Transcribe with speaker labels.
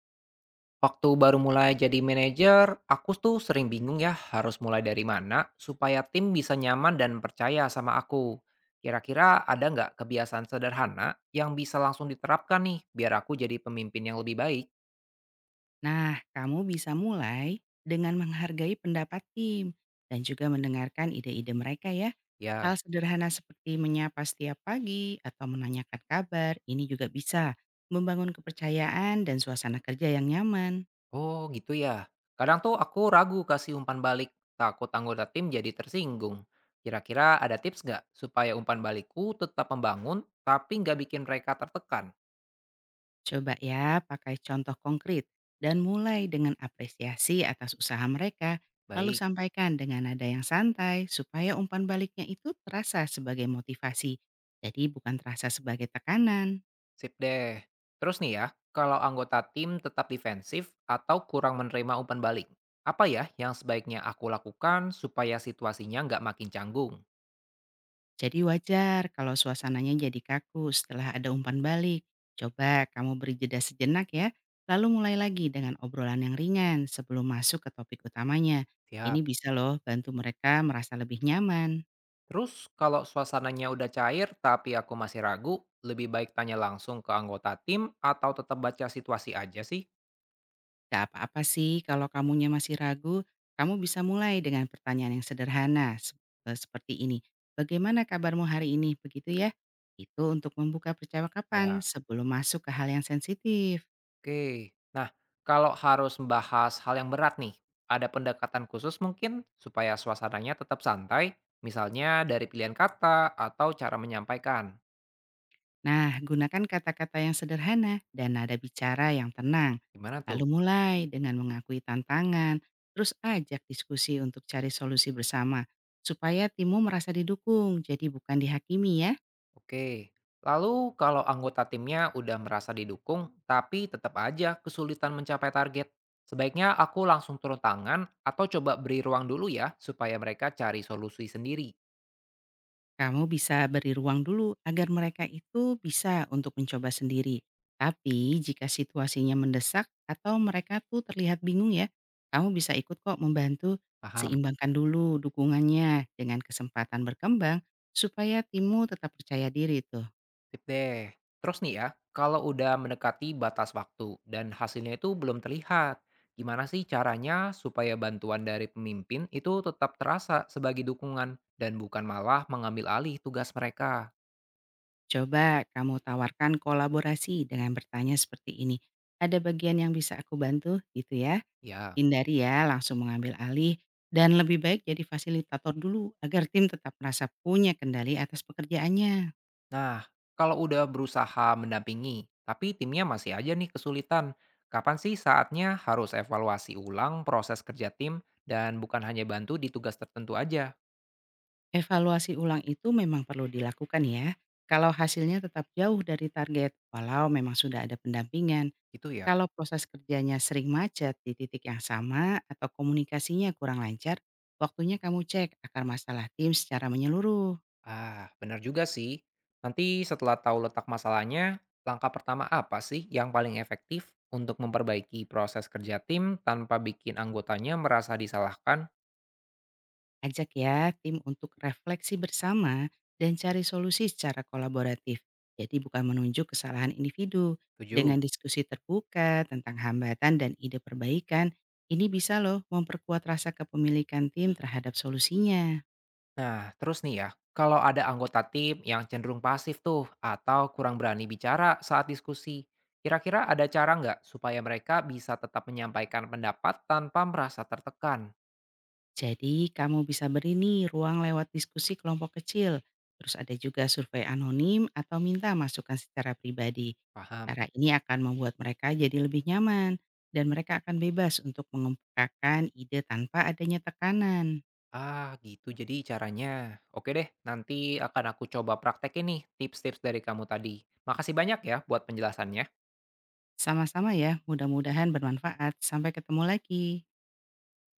Speaker 1: Waktu baru mulai jadi manajer, aku tuh sering bingung ya harus mulai dari mana supaya tim bisa nyaman dan percaya sama aku. Kira-kira ada nggak kebiasaan sederhana yang bisa langsung diterapkan nih biar aku jadi pemimpin yang lebih baik?
Speaker 2: Nah, kamu bisa mulai dengan menghargai pendapat tim dan juga mendengarkan ide-ide mereka ya.
Speaker 1: Ya,
Speaker 2: Hal sederhana seperti menyapa setiap pagi atau menanyakan kabar, ini juga bisa membangun kepercayaan dan suasana kerja yang nyaman.
Speaker 1: oh gitu ya. Kadang tuh aku ragu kasih umpan balik, takut anggota tim jadi tersinggung. Kira-kira ada tips nggak supaya umpan balikku tetap membangun tapi nggak bikin mereka tertekan?
Speaker 2: Coba ya pakai contoh konkret dan mulai dengan apresiasi atas usaha mereka, lalu
Speaker 1: Baik.
Speaker 2: sampaikan dengan nada yang santai supaya umpan baliknya itu terasa sebagai motivasi. Jadi bukan terasa sebagai tekanan.
Speaker 1: Sip deh. Terus nih ya, kalau anggota tim tetap defensif atau kurang menerima umpan balik, apa ya yang sebaiknya aku lakukan supaya situasinya nggak makin canggung?
Speaker 2: Jadi wajar kalau suasananya jadi kaku setelah ada umpan balik. Coba kamu beri jeda sejenak ya, lalu mulai lagi dengan obrolan yang ringan sebelum masuk ke topik utamanya.
Speaker 1: Siap.
Speaker 2: Ini bisa loh bantu mereka merasa lebih nyaman.
Speaker 1: Terus kalau suasananya udah cair tapi aku masih ragu, lebih baik tanya langsung ke anggota tim atau tetap baca situasi aja sih?
Speaker 2: Gak apa-apa sih kalau kamunya masih ragu, kamu bisa mulai dengan pertanyaan yang sederhana seperti ini. Bagaimana kabarmu hari ini? Begitu ya. Itu untuk membuka percakapan
Speaker 1: Ya,
Speaker 2: sebelum masuk ke hal yang sensitif.
Speaker 1: oke, nah, kalau harus membahas hal yang berat nih, ada pendekatan khusus mungkin supaya suasananya tetap santai, misalnya dari pilihan kata atau cara menyampaikan.
Speaker 2: Nah, gunakan kata-kata yang sederhana dan nada bicara yang tenang.
Speaker 1: Gimana
Speaker 2: Lalu
Speaker 1: tuh?
Speaker 2: mulai dengan mengakui tantangan, terus ajak diskusi untuk cari solusi bersama, supaya timmu merasa didukung, jadi bukan dihakimi ya.
Speaker 1: Oke. Lalu kalau anggota timnya udah merasa didukung, tapi tetap aja kesulitan mencapai target. Sebaiknya aku langsung turun tangan atau coba beri ruang dulu ya supaya mereka cari solusi sendiri.
Speaker 2: Kamu bisa beri ruang dulu agar mereka itu bisa untuk mencoba sendiri. Tapi jika situasinya mendesak atau mereka tuh terlihat bingung ya, kamu bisa ikut kok membantu
Speaker 1: Paham?
Speaker 2: seimbangkan dulu dukungannya dengan kesempatan berkembang supaya timmu tetap percaya diri tuh.
Speaker 1: Sip deh. Terus nih ya, kalau udah mendekati batas waktu dan hasilnya itu belum terlihat, gimana sih caranya supaya bantuan dari pemimpin itu tetap terasa sebagai dukungan dan bukan malah mengambil alih tugas mereka?
Speaker 2: Coba kamu tawarkan kolaborasi dengan bertanya seperti ini. Ada bagian yang bisa aku bantu gitu ya.
Speaker 1: Ya.
Speaker 2: Hindari ya langsung mengambil alih dan lebih baik jadi fasilitator dulu agar tim tetap merasa punya kendali atas pekerjaannya.
Speaker 1: Nah, kalau udah berusaha mendampingi, tapi timnya masih aja nih kesulitan, kapan sih saatnya harus evaluasi ulang proses kerja tim dan bukan hanya bantu di tugas tertentu aja,
Speaker 2: Evaluasi ulang itu memang perlu dilakukan ya. Kalau hasilnya tetap jauh dari target, walau memang sudah ada pendampingan,
Speaker 1: gitu ya?
Speaker 2: kalau proses kerjanya sering macet di titik yang sama atau komunikasinya kurang lancar, waktunya kamu cek akar masalah tim secara menyeluruh.
Speaker 1: Ah, benar juga sih. Nanti setelah tahu letak masalahnya, langkah pertama apa sih yang paling efektif untuk memperbaiki proses kerja tim tanpa bikin anggotanya merasa disalahkan?
Speaker 2: Ajak ya tim untuk refleksi bersama dan cari solusi secara kolaboratif. Jadi bukan menunjuk kesalahan individu.
Speaker 1: Tujuh.
Speaker 2: Dengan diskusi terbuka tentang hambatan dan ide perbaikan, ini bisa loh memperkuat rasa kepemilikan tim terhadap solusinya.
Speaker 1: Nah, terus nih ya, kalau ada anggota tim yang cenderung pasif tuh atau kurang berani bicara saat diskusi, kira-kira ada cara nggak supaya mereka bisa tetap menyampaikan pendapat tanpa merasa tertekan?
Speaker 2: Jadi kamu bisa beri nih ruang lewat diskusi kelompok kecil, terus ada juga survei anonim atau minta masukan secara pribadi.
Speaker 1: Paham?
Speaker 2: Cara ini akan membuat mereka jadi lebih nyaman dan mereka akan bebas untuk mengemukakan ide tanpa adanya tekanan.
Speaker 1: Ah, gitu jadi caranya. Oke deh, nanti akan aku coba praktekin nih tips-tips dari kamu tadi. Makasih banyak ya buat penjelasannya.
Speaker 2: Sama-sama ya, mudah-mudahan bermanfaat. Sampai ketemu lagi.